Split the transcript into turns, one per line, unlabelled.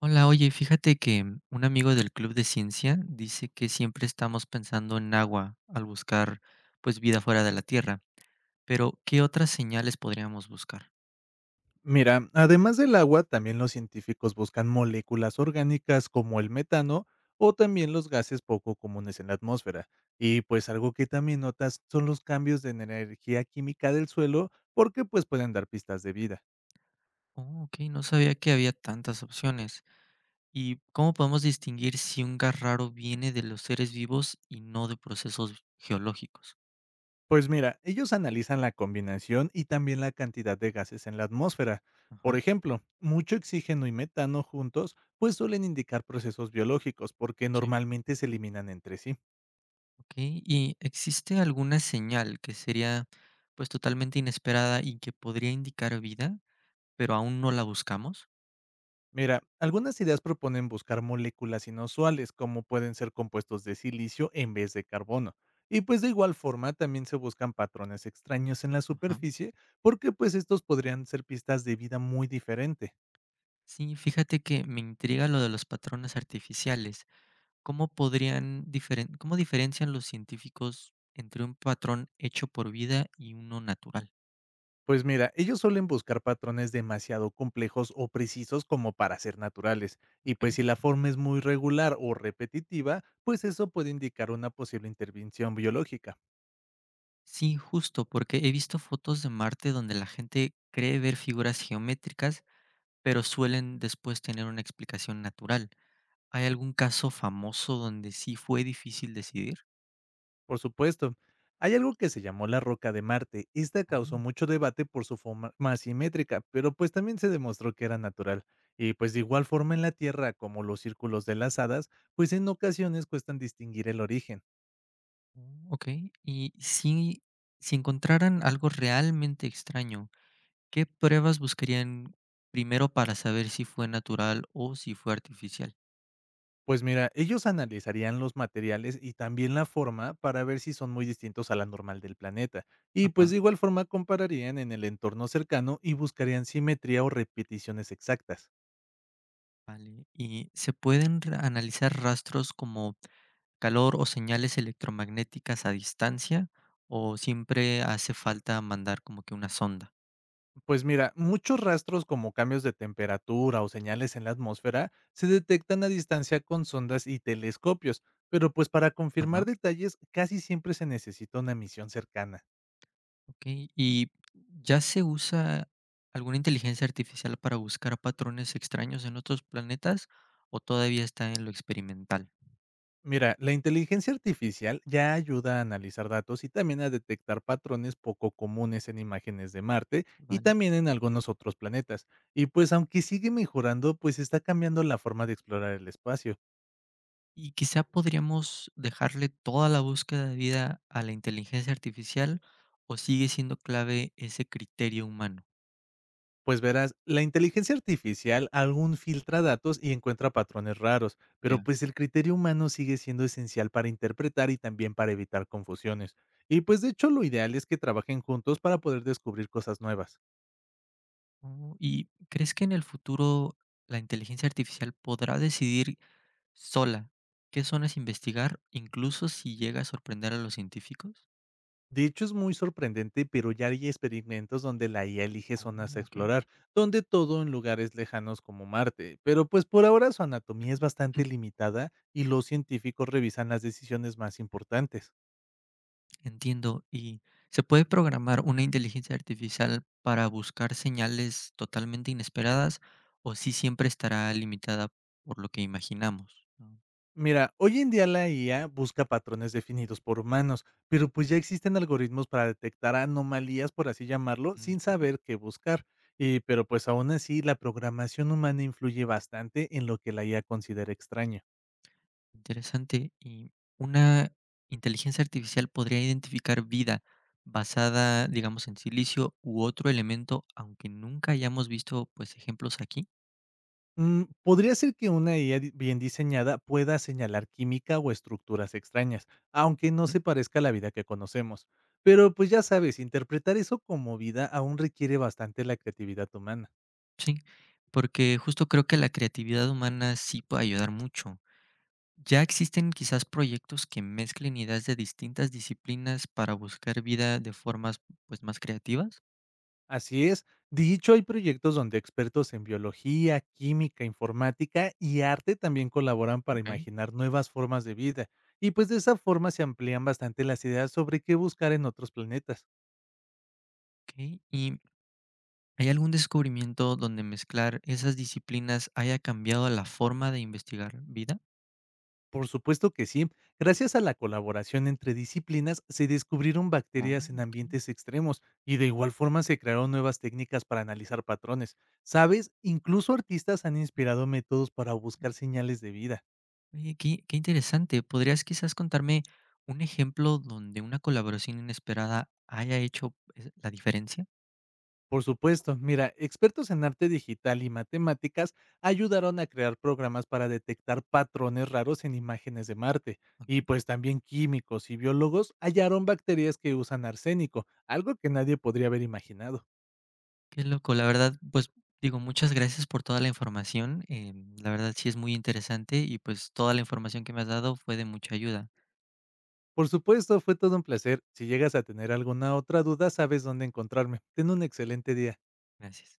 Hola, oye, fíjate que un amigo del club de ciencia dice que siempre estamos pensando en agua al buscar pues vida fuera de la Tierra, pero ¿qué otras señales podríamos buscar?
Mira, además del agua, también los científicos buscan moléculas orgánicas como el metano o también los gases poco comunes en la atmósfera. Y pues algo que también notas son los cambios de energía química del suelo porque pues pueden dar pistas de vida.
Oh, ok, no sabía que había tantas opciones. ¿Y cómo podemos distinguir si un gas raro viene de los seres vivos y no de procesos geológicos?
Pues mira, ellos analizan la combinación y también la cantidad de gases en la atmósfera. Por
Ajá,
ejemplo, mucho oxígeno y metano juntos pues suelen indicar procesos biológicos porque
sí.
normalmente se eliminan entre sí.
Ok, ¿y existe alguna señal que sería pues totalmente inesperada y que podría indicar vida, pero aún no la buscamos?
Mira, algunas ideas proponen buscar moléculas inusuales, como pueden ser compuestos de silicio en vez de carbono. Y pues de igual forma también se buscan patrones extraños en la
Ajá.
superficie, porque pues estos podrían ser pistas de vida muy diferente.
Sí, fíjate que me intriga lo de los patrones artificiales. ¿Cómo podrían cómo diferencian los científicos entre un patrón hecho por vida y uno natural?
Pues mira, ellos suelen buscar patrones demasiado complejos o precisos como para ser naturales, y
Ok.
pues si la forma es muy regular o repetitiva, pues eso puede indicar una posible intervención biológica.
Sí, justo, porque he visto fotos de Marte donde la gente cree ver figuras geométricas, pero suelen después tener una explicación natural. ¿Hay algún caso famoso donde sí fue difícil decidir?
Por supuesto. Hay algo que se llamó la roca de Marte. Esta causó
Oh,
mucho debate por su forma asimétrica, pero pues también se demostró que era natural. Y pues de igual forma en la Tierra, como los círculos de las hadas, pues en ocasiones cuestan distinguir el origen.
mm, ok, y si, si encontraran algo realmente extraño, ¿qué pruebas buscarían primero para saber si fue natural o si fue artificial?
Pues mira, ellos analizarían los materiales y también la forma para ver si son muy distintos a la normal del planeta. Y
Ajá,
pues de igual forma compararían en el entorno cercano y buscarían simetría o repeticiones exactas.
vale. ¿Y se pueden analizar rastros como calor o señales electromagnéticas a distancia o siempre hace falta mandar como que una sonda?
Pues mira, muchos rastros como cambios de temperatura o señales en la atmósfera se detectan a distancia con sondas y telescopios, pero pues para confirmar
Ajá,
detalles casi siempre se necesita una misión cercana.
ok. ¿Y ya se usa alguna inteligencia artificial para buscar patrones extraños en otros planetas o todavía está en lo experimental?
Mira, la inteligencia artificial ya ayuda a analizar datos y también a detectar patrones poco comunes en imágenes de Marte y
Vale.
también en algunos otros planetas. Y pues aunque sigue mejorando, pues está cambiando la forma de explorar el espacio.
Y quizá podríamos dejarle toda la búsqueda de vida a la inteligencia artificial o sigue siendo clave ese criterio humano.
Pues verás, la inteligencia artificial aún filtra datos y encuentra patrones raros, pero
Ya.
pues el criterio humano sigue siendo esencial para interpretar y también para evitar confusiones. Y pues de hecho lo ideal es que trabajen juntos para poder descubrir cosas nuevas.
Oh, ¿y crees que en el futuro la inteligencia artificial podrá decidir sola qué zonas investigar, incluso si llega a sorprender a los científicos?
De hecho es muy sorprendente, pero ya hay experimentos donde la IA elige
Oh,
zonas a
ok.
explorar, donde todo en lugares lejanos como Marte, pero pues por ahora su anatomía es
Ujú.
bastante limitada y los científicos revisan las decisiones más importantes.
Entiendo. ¿Y se puede programar una inteligencia artificial para buscar señales totalmente inesperadas o si siempre estará limitada por lo que imaginamos?
Mira, hoy en día la IA busca patrones definidos por humanos, pero pues ya existen algoritmos para detectar anomalías, por así llamarlo, sin
Mm,
saber qué buscar. Y, pero pues aún así, la programación humana influye bastante en lo que la IA considera extraño.
Interesante. ¿Y una inteligencia artificial podría identificar vida basada, digamos, en silicio u otro elemento, aunque nunca hayamos visto, pues, ejemplos aquí?
Mm, podría ser que una bien diseñada pueda señalar química o estructuras extrañas, aunque no
¿Mm?
se parezca a la vida que conocemos. Pero pues ya sabes, interpretar eso como vida aún requiere bastante la creatividad humana.
Sí, porque justo creo que la creatividad humana sí puede ayudar mucho. ¿Ya existen quizás proyectos que mezclen ideas de distintas disciplinas para buscar vida de formas, pues, más creativas?
Así es. Dicho, hay proyectos donde expertos en biología, química, informática y arte también colaboran para
Okey.
imaginar nuevas formas de vida. Y pues de esa forma se amplían bastante las ideas sobre qué buscar en otros planetas.
Okey, ¿y hay algún descubrimiento donde mezclar esas disciplinas haya cambiado la forma de investigar vida?
Por supuesto que sí, gracias a la colaboración entre disciplinas se descubrieron
Oh,
bacterias en
okey.
ambientes extremos y de igual forma se crearon nuevas técnicas para analizar patrones. ¿Sabes? Incluso artistas han inspirado métodos para buscar señales de vida.
Oye, qué interesante. ¿Podrías quizás contarme un ejemplo donde una colaboración inesperada haya hecho, la diferencia?
Por supuesto, mira, expertos en arte digital y matemáticas ayudaron a crear programas para detectar patrones raros en imágenes de Marte. Y
Ok.
pues también químicos y biólogos hallaron bacterias que usan arsénico, algo que nadie podría haber imaginado.
Qué loco, la verdad, pues, digo, muchas gracias por toda la información, la verdad sí es muy interesante y, pues, toda la información que me has dado fue de mucha ayuda.
Por supuesto, fue todo un placer. Si llegas a tener alguna otra duda, sabes dónde encontrarme. Ten un excelente día.
Gracias.